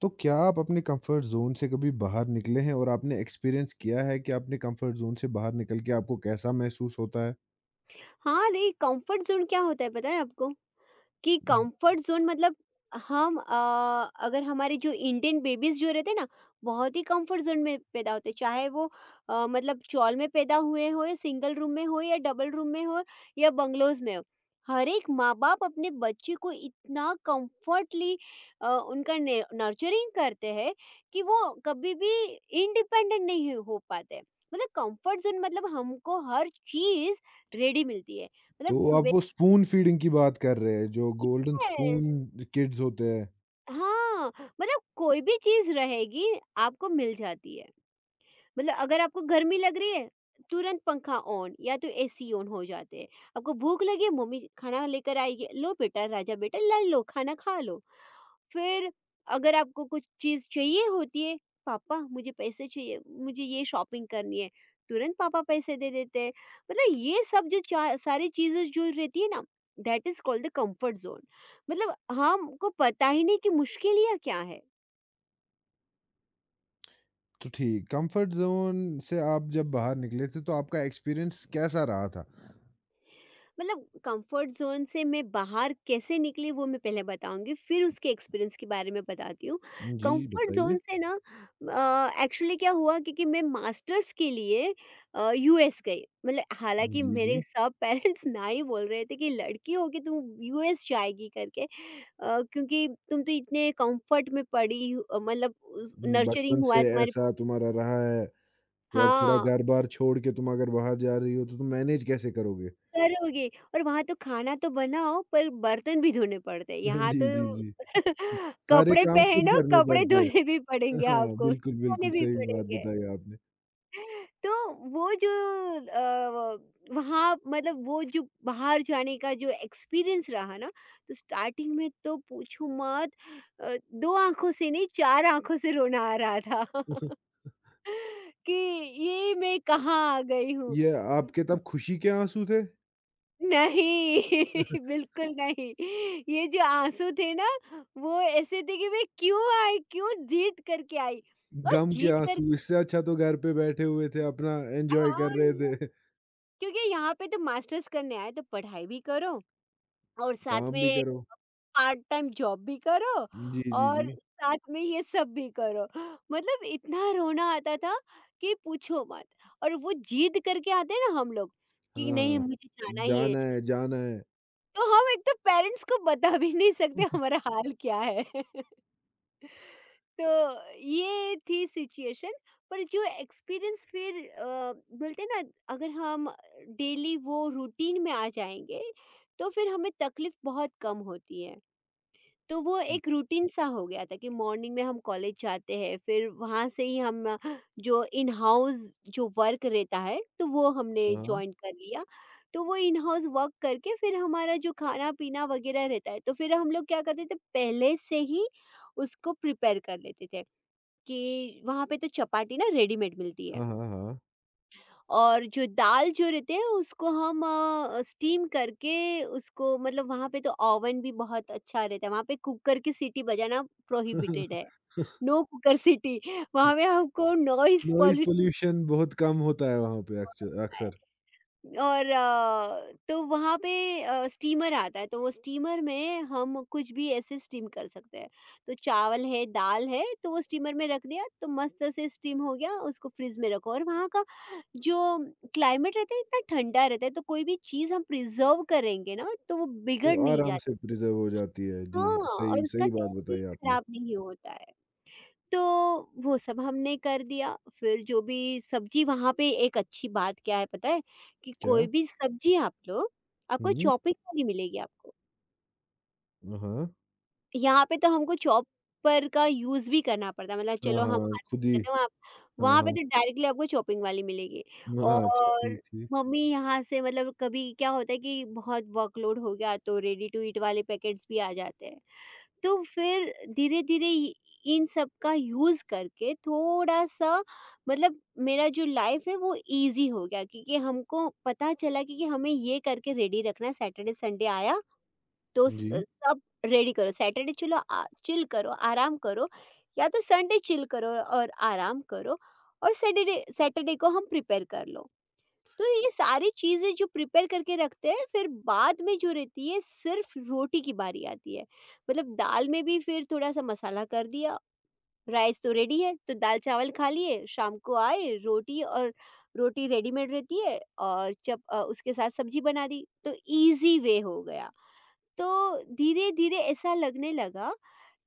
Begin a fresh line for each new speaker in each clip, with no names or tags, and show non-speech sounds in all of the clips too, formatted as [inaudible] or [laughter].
तो क्या आप अपने कंफर्ट ज़ोन से कभी बाहर निकले हैं और आपने एक्सपीरियंस किया है कि आपने कंफर्ट ज़ोन से बाहर निकल के आपको कैसा महसूस होता है?
हाँ, नहीं, कम्फर्ट ज़ोन क्या होता है पता है आपको? कि कंफर्ट जोन मतलब हम अगर हमारे जो इंडियन बेबीज जो रहते हैं ना बहुत ही कंफर्ट जोन में पैदा होते हैं। चाहे वो मतलब चॉल में पैदा हुए हो या सिंगल रूम में हो या डबल रूम में हो या बंगलोज में हो हर एक माँ बाप अपने बच्चे को इतना कंफर्टली उनका नर्चरिंग करते हैं कि वो कभी भी इंडिपेंडेंट नहीं हो पाते। मतलब कंफर्ट जोन मतलब हमको हर चीज रेडी मिलती है।
तो
मतलब
आप
सुबह
वो स्पून फीडिंग की बात कर रहे हैं, जो गोल्डन
यस,
स्पून किड्स होते हैं।
हाँ, मतलब कोई भी चीज़ रहेगी आपको मिल जाती है। मतलब अगर आपको गर्मी लग रही है, तुरंत पंखा ऑन या तो एसी ऑन हो जाते हैं। आपको भूख लगी है, मम्मी खाना लेकर आएगी, "लो बेटा, राजा बेटा ला लो, खाना खा लो।" फिर अगर आपको कुछ चीज़ चाहिए होती है, "पापा मुझे पैसे चाहिए, मुझे ये शॉपिंग करनी है।" तुरंत पापा पैसे दे देते हैं। मतलब ये सब जो चा सारी चीज़ें जो रहती है ना, that is called the comfort zone. मतलब हमको पता ही नहीं कि मुश्किल या क्या है।
तो ठीक, कंफर्ट ज़ोन से आप जब बाहर निकले थे, तो आपका एक्सपीरियंस कैसा रहा था?
मतलब कंफर्ट जोन से मैं बाहर कैसे निकली वो मैं पहले बताऊंगी, फिर उसके एक्सपीरियंस के बारे में बताती हूँ।
जी,
कंफर्ट जोन
बताइए।
से ना एक्चुअली क्या हुआ क्योंकि मैं मास्टर्स के लिए यूएस गई। मतलब हालांकि
जी,
मेरे
जी।
सब पेरेंट्स [laughs] ना ही बोल रहे थे कि लड़की हो के तुम यूएस जाएगी करके। क्योंकि तुम तो इतने कंफर्ट में पड़ी मतलब
बचपन
नर्चरिंग हुआ है
से
तुम्हारे।
ऐसा तुम्हारा रहा है, तो अब थोड़ा
हाँ,
घर-बार छोड़ के तुम अगर बाहर जा रही हो, तो तुम मैनेज कैसे करोगे?
करोगे और वहाँ तो खाना तो बनाओ पर बर्तन भी धोने पड़ते हैं।
[laughs]
यहाँ
जी,
तो
जी, जी।
[laughs]
सारे
कपड़े
काम खुद
पहनो,
करने
कपड़े
पड़ते
धोने
हैं।
भी पड़ेंगे
हाँ,
आपको,
बिल्कुल,
सुखाने
बिल्कुल
भी
सही बात
पड़ेंगे।
बताई आपने।
तो वो जो अ, वहाँ मतलब वो जो बाहर जाने का जो एक्सपीरियंस रहा ना, तो स्टार्टिंग में तो पूछो मत। अ, 2 आँखों से नहीं 4 आँखों से रोना आ रहा था [laughs]
[laughs]
कि ये मैं कहाँ आ गई हूँ।
ये आपके तब खुशी के आँसू थे,
नहीं, [laughs] बिल्कुल नहीं। ये जो आँसू थे ना, वो ऐसे थे कि मैं क्यों आई, क्यों जीत करके आई और
गम के
जीत कर
आँसू, इससे अच्छा तो घर पे बैठे हुए थे, अपना एन्जॉय
हाँ,
कर रहे
ये
थे। [laughs]
क्योंकि यहाँ पे तो मास्टर्स करने आए, तो पढ़ाई भी करो और साथ
काम भी
में
करो।
पार्ट टाइम जॉब भी करो
जी, जी,
और
जी।
साथ में ये सब भी करो। मतलब इतना रोना आता था कि पूछो मत। और वो जिद करके आते हैं ना हम लोग
हाँ,
कि नहीं
हाँ।
मुझे जाना ही है।
जाना है, जाना है।
तो हम एक तो पेरेंट्स को बता भी नहीं सकते हमारा हाल क्या है। [laughs] तो ये थी सिचुएशन। पर जो एक्सपीरियंस फिर बोलते हैं ना अगर हम डेली वो रूटीन में आ जाएंगे तो फिर हमें तकलीफ बहुत कम होती है। तो वो एक रूटीन सा हो गया था कि मॉर्निंग में हम कॉलेज जाते हैं, फिर वहाँ से ही हम जो इन हाउस जो वर्क रहता है तो वो हमने
हाँ,
ज्वाइन कर लिया। तो वो इन हाउस वर्क करके फिर हमारा जो खाना पीना वगैरह रहता है तो फिर हम लोग क्या करते थे, पहले से ही उसको प्रिपेयर कर लेते थे। कि वहाँ पे तो चपाती ना रेडीमेड मिलती है
हाँ, हाँ, हाँ।
और जो दाल जो रहती है उसको हम स्टीम करके उसको मतलब वहाँ पे तो ओवन भी बहुत अच्छा रहता है। वहाँ पे कुकर की सीटी बजाना प्रोहिबिटेड है।
[laughs]
नो कुकर सीटी। वहाँ पे हमको नॉइस
नॉइज़ पॉल्यूशन बहुत कम होता है वहाँ पे अक्सर।
पॉल्यूशन और तो वहाँ पे स्टीमर आता है तो वो स्टीमर में हम कुछ भी ऐसे स्टीम कर सकते हैं। तो चावल है, दाल है, तो वो स्टीमर में रख दिया तो मस्त से स्टीम हो गया। उसको फ्रिज में रखो और वहाँ का जो क्लाइमेट रहता है इतना ठंडा रहता है तो कोई भी चीज़ हम प्रिजर्व करेंगे ना तो वो
तो
बिगड़ नहीं
आराम
जाती।
से प्रिज़र्व हो जाती है। जी,
हाँ, और
सही
उसका
सही बात
टेस्ट भी
बताई आपने।
खराब नहीं होता है। तो वो सब हमने कर दिया। फिर जो भी सब्जी, वहाँ पे एक अच्छी बात क्या है पता है? कि कोई
क्या?
भी सब्जी आप लो, आपको
हुँ,
चॉपिंग वाली मिलेगी आपको।
हाँ।
यहाँ पे तो हमको चॉपर का यूज़ भी करना पड़ता है, मतलब
हाँ,
चलो हम
हाँ,
हाथ से
खुद
नहीं
ही।
करते, वहाँ
हाँ,
वहाँ पे
हाँ।
तो डायरेक्टली आपको चॉपिंग वाली मिलेगी।
म हाँ, अच्छा
और
ठीक, ठीक।
मम्मी यहाँ से मतलब कभी क्या होता है कि बहुत वर्कलोड हो गया तो रेडी टू ईट वाले पैकेट्स भी आ जाते हैं। तो फिर धीरे-धीरे इ इन सब का यूज़ करके थोड़ा-सा मतलब मेरा जो लाइफ़ है वो ईज़ी हो गया, क्योंकि हमको पता चला कि हमें ये करके रेडी रखना है। सैटरडे संडे आया तो स
जी।
सब रेडी करो। सैटरडे चलो आ चिल करो, आराम करो या तो संडे चिल करो और आराम करो और सैटरडे सैटरडे को हम प्रिपेयर कर लो। तो ये सारी चीज़ें जो प्रिपेयर करके रखते हैं फिर बाद में जो रहती है सिर्फ रोटी की बारी आती है। मतलब दाल में भी फिर थोड़ा-सा मसाला कर दिया, राइस तो रेडी है तो दाल-चावल खा लिए, शाम को आए रोटी और रोटी रेडीमेड रहती है और उसके साथ सब्जी बना दी तो ईज़ी वे हो गया। तो धीरे-धीरे ऐसा लगने लगा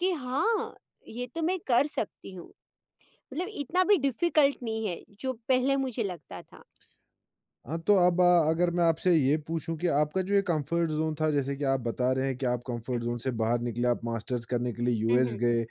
कि हाँ, ये तो मैं कर सकती हूँ। मतलब इतना भी डिफ़िकल्ट नहीं है जो पहले मुझे लगता था।
हाँ, तो अब अगर मैं आपसे ये पूछूँ कि आपका जो ये कम्फ़र्ट ज़ोन था, जैसे कि आप बता रहे हैं कि आप कम्फ़र्ट ज़ोन से बाहर निकले, आप मास्टर्स करने के लिए
हुँ, हुँ। हुँ,
यूएस
हुँ।
गए।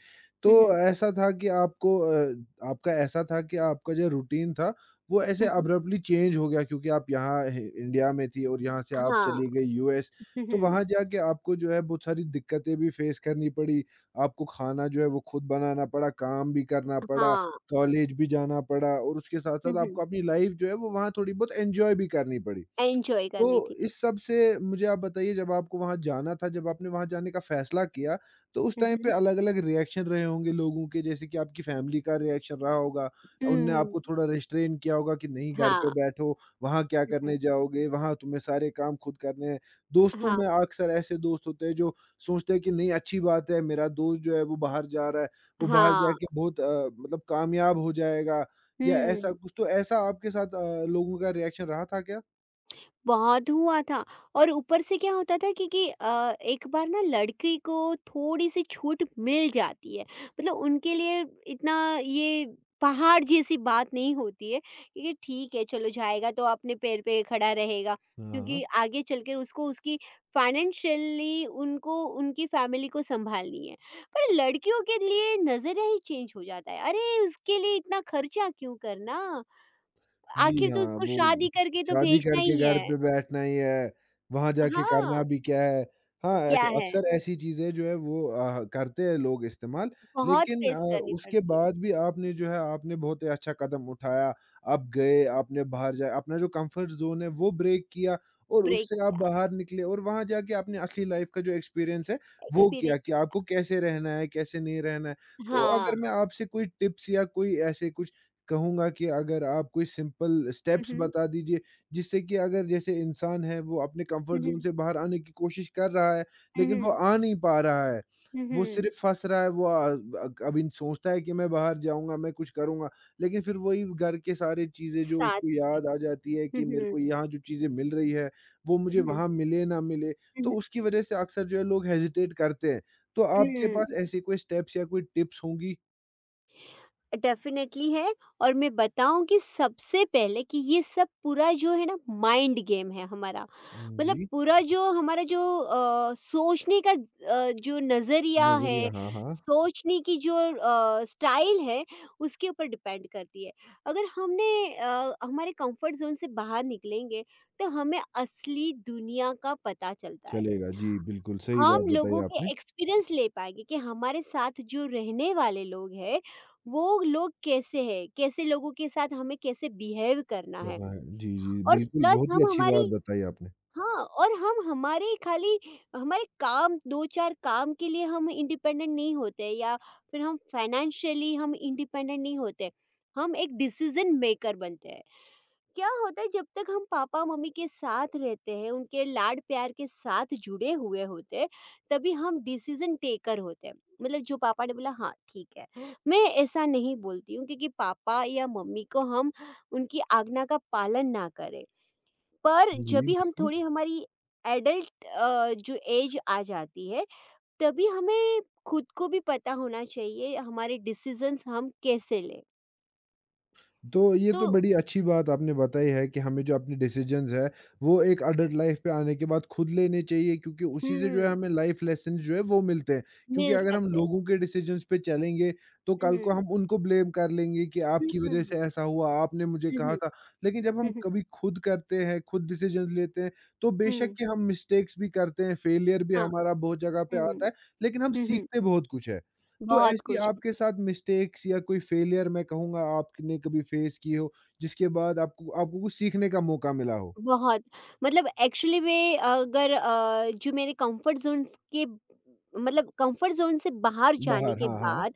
तो
हुँ, हुँ।
ऐसा था कि आपको आपका ऐसा था कि आपका जो रूटीन था, वो ऐसे
हुँ, हुँ।
अब्रप्टली चेंज हो गया क्योंकि आप यहाँ ह इंडिया में थी और यहाँ से आप
हाँ।
चली गई यूएस।
हुँ,
तो
हुँ।
वहाँ जाके आपको जो है बहुत सारी दिक्कतें भी फ़ेस करनी पड़ी, आपको खाना जो है वो खुद बनाना पड़ा, काम भी करना पड़ा।
हाँ।
कॉलेज भी जाना पड़ा और उसके
हुँ,
साथ-साथ
हुँ।
आपको अपनी लाइफ़ जो है वो वहाँ थोड़ी बहुत एन्जॉय भी करनी पड़ी।
एन्जॉय
तो
करनी थी।
इस सब से मुझे आप बताइए जब आपको वहाँ जाना था, जब आपने वहाँ जाने का फैसला किया, तो उस
हुँ,
टाइम पे
हुँ।
अलग-अलग रिएक्शन रहे होंगे लोगों के जैसे कि आपकी फैमिली का रिएक्शन रहा होगा। उनने
हुँ।
आपको थोड़ा रिस्ट्रेन किया होगा कि नहीं घर पे
हाँ।
बैठो, वहाँ क्या
हुँ, हुँ।
करने जाओगे, वहाँ तुम्हें सारे काम खुद करने हैं। दोस्तों में
हाँ,
अक्सर ऐसे दोस्त होते हैं जो सोचते हैं कि नहीं अच्छी बात है, मेरा दोस्त जो है वो बाहर जा रहा है, वो बाहर
हाँ।
जाके बहुत मतलब कामयाब हो जाएगा या ऐसा
हुँ।
कुछ। तो ऐसा आपके साथ लोगों का रिएक्शन रहा था क्या?
बहुत हुआ था। और ऊपर से क्या होता था क्योंकि एक बार ना लड़की को थोड़ी-सी छूट मिल जाती है। मतलब उनके लिए इतना ये पहाड़ जैसी बात नहीं होती है, क्योंकि ठीक है चलो जाएगा तो अपने पैर पे खड़ा रहेगा।
हाँ,
क्योंकि
हाँ।
आगे चलकर उसको उसकी फाइनेंशियली उनको उनकी फैमिली को सँभालनी है। पर लड़कियों के लिए नज़रिया ही चेंज हो जाता है। अरे! उसके लिए इतना खर्चा क्यों करना?
जी
आखिर तो
हाँ,
उसको
वो
शादी करके तो
शादी
भेजना
करके
ही
घर
है।
पे बैठना ही है, वहाँ जाके करना
हाँ,
भी क्या है। हाँ, एक
क्या है?
अक्सर ऐसी चीज़ें जो है वो करते हैं लोग इस्तेमाल।
बहुत
लेकिन
फेस करनी
उसके
पड़ती है,
बाद भी आपने जो है आपने बहुत ही अच्छा कदम उठाया। आप गए, आपने बाहर जा अपना जो कम्फर्ट ज़ोन है वो ब्रेक किया और
ब्रेक
उससे आप
किया,
बाहर निकले और वहाँ जाके आपने असली लाइफ़ का जो एक्सपीरियंस है वो किया
एक्सपीरियंस
कि आपको कैसे रहना है, कैसे नहीं रहना है। तो
हाँ।
अगर मैं आपसे कोई टिप्स या कोई ऐसे कुछ कहूँगा कि अगर आप कोई सिंपल
हुँ,
स्टेप्स
हुँ।
बता दीजिए, जिससे कि अगर जैसे इंसान है वो अपने
हुँ,
कम्फर्ट ज़ोन
हुँ।
से बाहर आने की कोशिश कर रहा है,
हुँ,
लेकिन वो
हुँ।
आ नहीं पा रहा है।
हुँ,
वो
हुँ।
सिर्फ़ फँस रहा है, वो आ- अ, ब अभी सोचता है कि मैं बाहर जाऊँगा, मैं कुछ करूँगा, लेकिन फिर वही घर के सारे चीज़ें जो
साथ
उसको याद आ जाती है
हुँ,
कि मेरे
हुँ।
को यहाँ जो चीज़ें मिल रही है, वो मुझे
हुँ, हुँ।
वहाँ मिले ना मिले, तो उसकी वज़ह से अक्सर जो है लोग हेजिटेट करते हैं। तो आपके
हुँ।
पास ऐसी कोई स्टेप्स या कोई टिप्स होंगी?
डेफ़िनेटली है। और मैं बताऊँ कि सबसे पहले कि ये सब पूरा जो है ना माइंड गेम है हमारा।
हुँ,
मतलब
जी।
पूरा जो हमारा जो सोचने का जो नज़रिया है,
नज़रिया, हाँ, हाँ।
सोचने की जो स्टाइल है उसके ऊपर डिपेंड करती है। अगर हमने हमारे कंफ़र्ट ज़ोन से बाहर निकलेंगे तो हमें असली दुनिया का पता चलता है।
चलेगा। जी, बिल्कुल सही बात
आम
बताई
लोगों के
आपने।
एक्सपीरियंस ले पाएँगे कि हमारे साथ जो रहने वाले लोग हैं, वो लोग कैसे हैं? कैसे लोगों के साथ हमें कैसे बिहेव करना है?
करना है। जी, जी,
और
बिल्कुल
प्लस
बहुत ही
हम
अच्छी बात
हमारी
बताई आपने।
हाँ, और हम हमारे खाली हमारे काम 2-4 काम के लिए हम इंडिपेंडेंट नहीं होते या फिर हम फाइनेंशियली हम इंडिपेंडेंट नहीं होते। हम एक डिसीज़न मेकर बनते हैं। क्या होता है जब तक हम पापा मम्मी के साथ रहते हैं उनके लाड प्यार के साथ जुड़े हुए होते हैं तभी हम डिसीजन टेकर होते हैं। मतलब जो पापा ने बोला हाँ ठीक है, मैं ऐसा नहीं बोलती हूँ क्योंकि पापा या मम्मी को हम उनकी आज्ञा का पालन ना करें, पर
जी,
जब भी हम
बिल्कुल।
थोड़ी हमारी एडल्ट जो एज आ जाती है तभी हमें खुद को भी पता होना चाहिए हमारे डिसीजंस हम कैसे लें।
तो ये
तो
तो बड़ी अच्छी बात आपने बताई है कि हमें जो अपने डिसीजंस है वो एक अडल्ट लाइफ पे आने के बाद खुद लेने चाहिए क्योंकि उसी से जो है
हम्म।
हमें लाइफ लेसन जो है वो मिलते हैं क्योंकि
मिल
अगर हम
सकते हैं।
लोगों के डिसीजंस पे चलेंगे तो कल को
हम्म।
हम उनको ब्लेम कर लेंगे कि आपकी वजह
हम्म।
से ऐसा हुआ आपने मुझे
हुँ,
कहा
हुँ।
था। लेकिन जब
हुँ,
हम
हुँ।
कभी खुद करते हैं खुद डिसीजंस लेते हैं तो बेशक
हुँ।
कि हम मिस्टेक्स भी करते हैं फेलियर भी
हाँ।
हमारा बहुत जगह पे आता
हुँ।
है लेकिन हम
हुँ, हुँ।
सीखते बहुत कुछ है। तो
बहुत
ऐसी
कुछ,
आपके साथ मिस्टेक्स या कोई फेलियर मैं कहूँगा आपने कभी फेस की हो, जिसके बाद आपको आपको कुछ सीखने का मौका मिला हो?
बहुत मतलब एक्चुअली में अगर जो मेरे कम्फ़र्ट ज़ोन्स के मतलब कम्फ़र्ट ज़ोन से बाहर जाने
बाहर
के
हाँ, हाँ।
बाद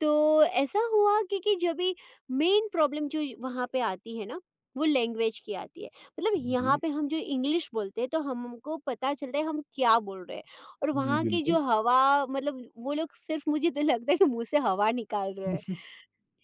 तो ऐसा हुआ कि जब भी मेन प्रॉब्लम जो वहाँ पे आती है ना, वो लैंग्वेज की आती है। मतलब यहाँ
जी,
पे हम जो इंग्लिश बोलते हैं तो हमको पता चलता है हम क्या बोल रहे हैं, और
जी
वहाँ की
बिल्कुल।
जो हवा मतलब वो लोग सिर्फ़ मुझे तो लगता है कि मुँह से हवा निकाल रहे हैं।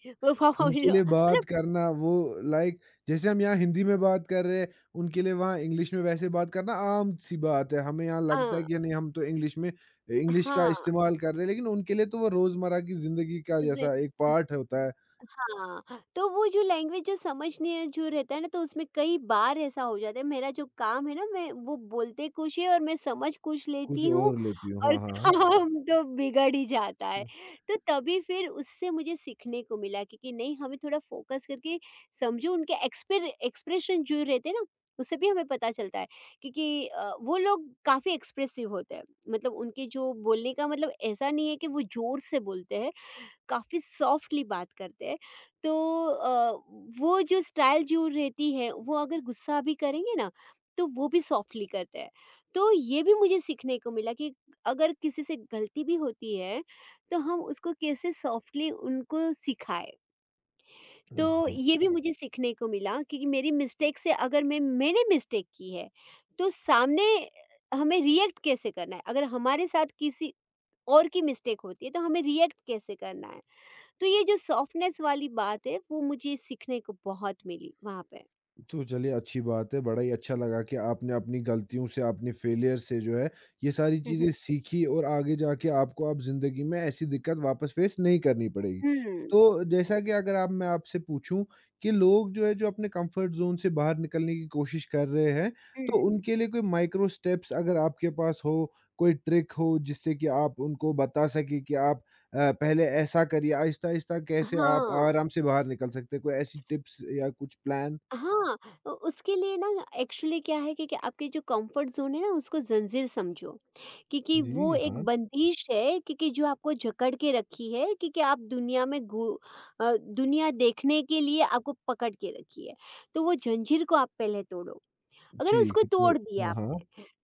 [laughs]
उनके लिए
मतलब
बात करना वो लाइक जैसे हम यहाँ हिंदी में बात कर रहे हैं, उनके लिए वहाँ इंग्लिश में वैसे बात करना आम-सी बात है। हमें यहाँ लगता
हाँ,
है कि नहीं हम तो इंग्लिश में इंग्लिश का
हाँ,
इस्तेमाल कर रहे हैं, लेकिन उनके लिए तो वो रोज़मर्रा की ज़िंदगी का
ज़िद
जैसा एक पार्ट होता है।
हाँ, तो वो जो लैंग्वेज जो समझने जो रहता है ना, तो उसमें कई बार ऐसा हो जाता है, मेरा जो काम है ना, मैं वो बोलते कुछ है और मैं समझ कुछ
कुछ
लेती हूँ
और लेती हो।
और
हाँ, हाँ।
[laughs] काम तो बिगड़ ही जाता है। तो तभी फिर उससे मुझे सीखने को मिला कि नहीं हमें थोड़ा फोकस करके समझो उनके एक्सपेर एक्सप्रेशन जो रहते हैं ना, उससे भी हमें पता चलता है क्योंकि वो लोग काफ़ी एक्सप्रेसिव होते हैं। मतलब उनके जो बोलने का मतलब ऐसा नहीं है कि वो ज़ोर से बोलते हैं। काफ़ी सॉफ्टली बात करते हैं। तो वो जो स्टाइल जो रहती है वो अगर गुस्सा भी करेंगे ना तो वो भी सॉफ्टली करते हैं। तो ये भी मुझे सीखने को मिला कि अगर किसी से गलती भी होती है तो हम उसको कैसे सॉफ्टली उनको सिखाए।
हुँ,
तो
हाँ।
ये भी मुझे सीखने को मिला क्योंकि मेरी मिस्टेक से अगर मैं मैंने मिस्टेक की है तो सामने हमें रिएक्ट कैसे करना है, अगर हमारे साथ किसी और की मिस्टेक होती है तो हमें रिएक्ट कैसे करना है। तो ये जो सॉफ्टनेस वाली बात है वो मुझे सीखने को बहुत मिली वहाँ पे।
तो चलिए अच्छी बात है, बड़ा ही अच्छा लगा कि आपने अपनी गलतियों से, अपने फेलियर से जो है, ये सारी
हुँ,
चीज़ें
हुँ।
सीखी और आगे जाके आपको अब ज़िंदगी में ऐसी दिक्कत वापस फेस नहीं करनी पड़ेगी।
हुँ,
तो जैसा कि अगर आप मैं आपसे पूछूँ कि लोग जो है, जो अपने कंफर्ट ज़ोन से बाहर निकलने की कोशिश कर रहे हैं, तो
हुँ।
उनके लिए कोई माइक्रो स्टेप्स अगर आपके पास हो, कोई ट्रिक हो जिससे कि आप उनको बता सकें कि आप पहले ऐसा करिए, आहिस्ता-आहिस्ता कैसे आप
हाँ,
आराम से बाहर निकल सकते हैं? कोई ऐसी टिप्स या कुछ प्लान?
हाँ, उ उसके लिए ना एक्चुअली क्या है कि आपके जो कंफर्ट ज़ोन है ना उसको ज़ंजीर समझो, क्योंकि वो
जी,
एक
हाँ,
बंदिश है क्योंकि जो आपको जकड़ के रखी है क्योंकि आप दुनिया में दुनिया देखने के लिए आपको पकड़ के रखी है। तो वो जंजीर को आप पहले तोड़ो। अगर उसको
ठीक, तो
तोड़ दिया
हाँ, हाँ।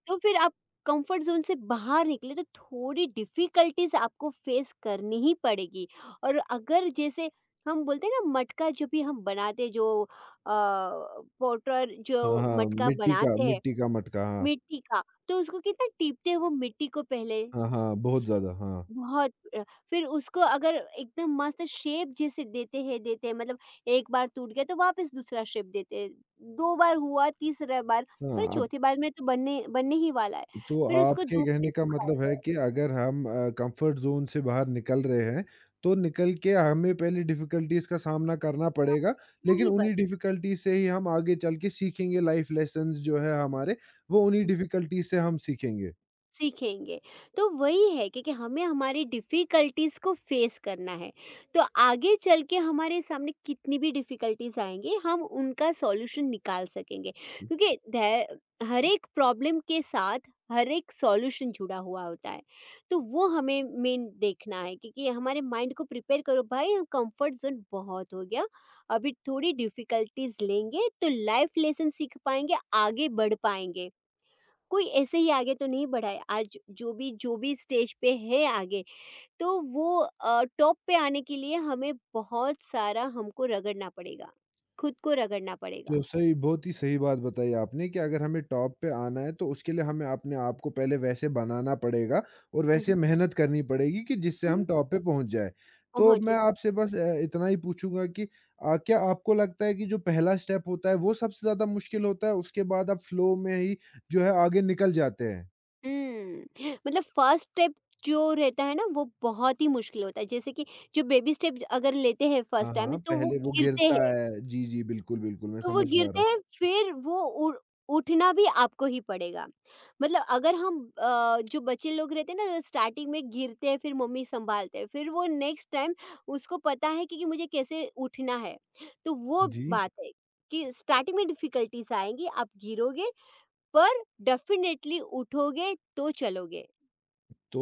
तो फिर आप कंफर्ट ज़ोन से बाहर निकले तो थोड़ी डिफ़िकल्टीज़ आपको फ़ेस करनी ही पड़ेगी। और अगर जैसे हम बोलते हैं ना मटका जो भी हम बनाते हैं जो पोटर
हाँ,
जो
हाँ,
मटका
मिट्टी का
बनाते हैं
मिट्टी का मटका, हाँ।
मिट्टी का। तो उसको कितना टीपते हैं वो मिट्टी को पहले
हाँ, हाँ, बहुत ज़्यादा, हाँ।
बहुत फिर उसको अगर एकदम मस्त शेप जैसे देते हैं मतलब एक बार टूट गया तो वापस दूसरा शेप देते हैं, 2 बार हुआ, तीसरा बार फिर
हाँ, अ,
चौथी बार में तो बनने बनने ही वाला है।
तो
फिर उसको
आपके
धूप में
कहने का मतलब
सुखाते
है
हैं,
कि अगर हम कम्फ़र्ट ज़ोन से बाहर निकल रहे हैं, तो निकल के हमें पहले डिफ़िकल्टीज़ का सामना करना पड़ेगा, लेकिन
नहीं बन
उन्हीं डिफ़िकल्टीज़ से ही हम आगे चल के सीखेंगे लाइफ़ लेसन्स जो है हमारे, वो उन्हीं डिफ़िकल्टीज़ से हम सीखेंगे।
सीखेंगे। तो वही है क्योंकि हमें हमारी डिफ़िकल्टीज़ को फ़ेस करना है। तो आगे चल के हमारे सामने कितनी भी डिफ़िकल्टीज़ आएँगी हम उनका सॉल्यूशन निकाल सकेंगे। क्योंकि धै हर एक प्रॉब्लम के साथ हर एक सॉल्यूशन जुड़ा हुआ होता है। तो वो हमें मेन देखना है क्योंकि हमारे माइंड को प्रिपेयर करो भाई कंफ़र्ट ज़ोन बहुत हो गया। अभी थोड़ी डिफ़िकल्टीज़ लेंगे तो लाइफ़ लेसन सीख पाएँगे, आगे बढ़ पाएँगे। कोई ऐसे ही आगे तो नहीं बढ़ा है। आज जो भी स्टेज पे है आगे, तो वो टॉप पे आने के लिए हमें बहुत सारा हमको रगड़ना पड़ेगा, खुद को रगड़ना पड़ेगा।
जो सही बहुत ही सही बात बताई आपने कि अगर हमें टॉप पे आना है तो उसके लिए हमें अपने आप को पहले वैसे बनाना पड़ेगा और
हुँ,
वैसे मेहनत करनी पड़ेगी कि जिससे
हुँ,
हम
हुँ।
टॉप पे पहुंच जाए। तो
पहुँच
मैं
सके।
आपसे बस अ, इतना ही पूछूंगा कि क्या आपको लगता है कि जो पहला स्टेप होता है वो सबसे ज़्यादा मुश्किल होता है उसके बाद आप फ्लो में ही जो है आगे निकल जाते हैं?
हुँ, मतलब फर्स्ट स्टेप जो रहता है ना वो बहुत ही मुश्किल होता है। जैसे कि जो बेबी स्टेप अगर लेते हैं
हाँ,
फर्स्ट टाइम
हाँ,
तो वो
पहले वो
गिरते
गिरता
हैं।
है। जी, जी, बिल्कुल, बिल्कुल मैं
तो वो
समझ पा रहा
गिरते
हूँ।
हैं फिर वो उ उठना भी आपको ही पड़ेगा। मतलब अगर हम जो बच्चे लोग रहते हैं ना स्टार्टिंग में गिरते हैं फिर मम्मी सँभालते हैं। फिर वो नेक्स्ट टाइम उसको पता है कि मुझे कैसे उठना है। तो वो
जी।
बात है कि स्टार्टिंग में डिफ़िकल्टीज़ आएँगी, आप गिरोगे पर डेफ़िनेटली उठोगे तो चलोगे।
तो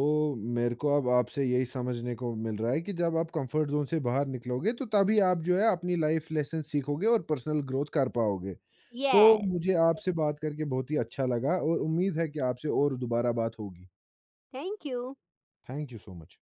मेरे को अब आपसे यही समझने को मिल रहा है कि जब आप कंफर्ट ज़ोन से बाहर निकलोगे, तो तभी आप जो है अपनी लाइफ़ लेसन सीखोगे और पर्सनल ग्रोथ कर पाओगे। तो
येस।
मुझे आपसे बात करके बहुत ही अच्छा लगा और उम्मीद है कि आपसे और दोबारा बात होगी।
Thank you.
Thank you so much.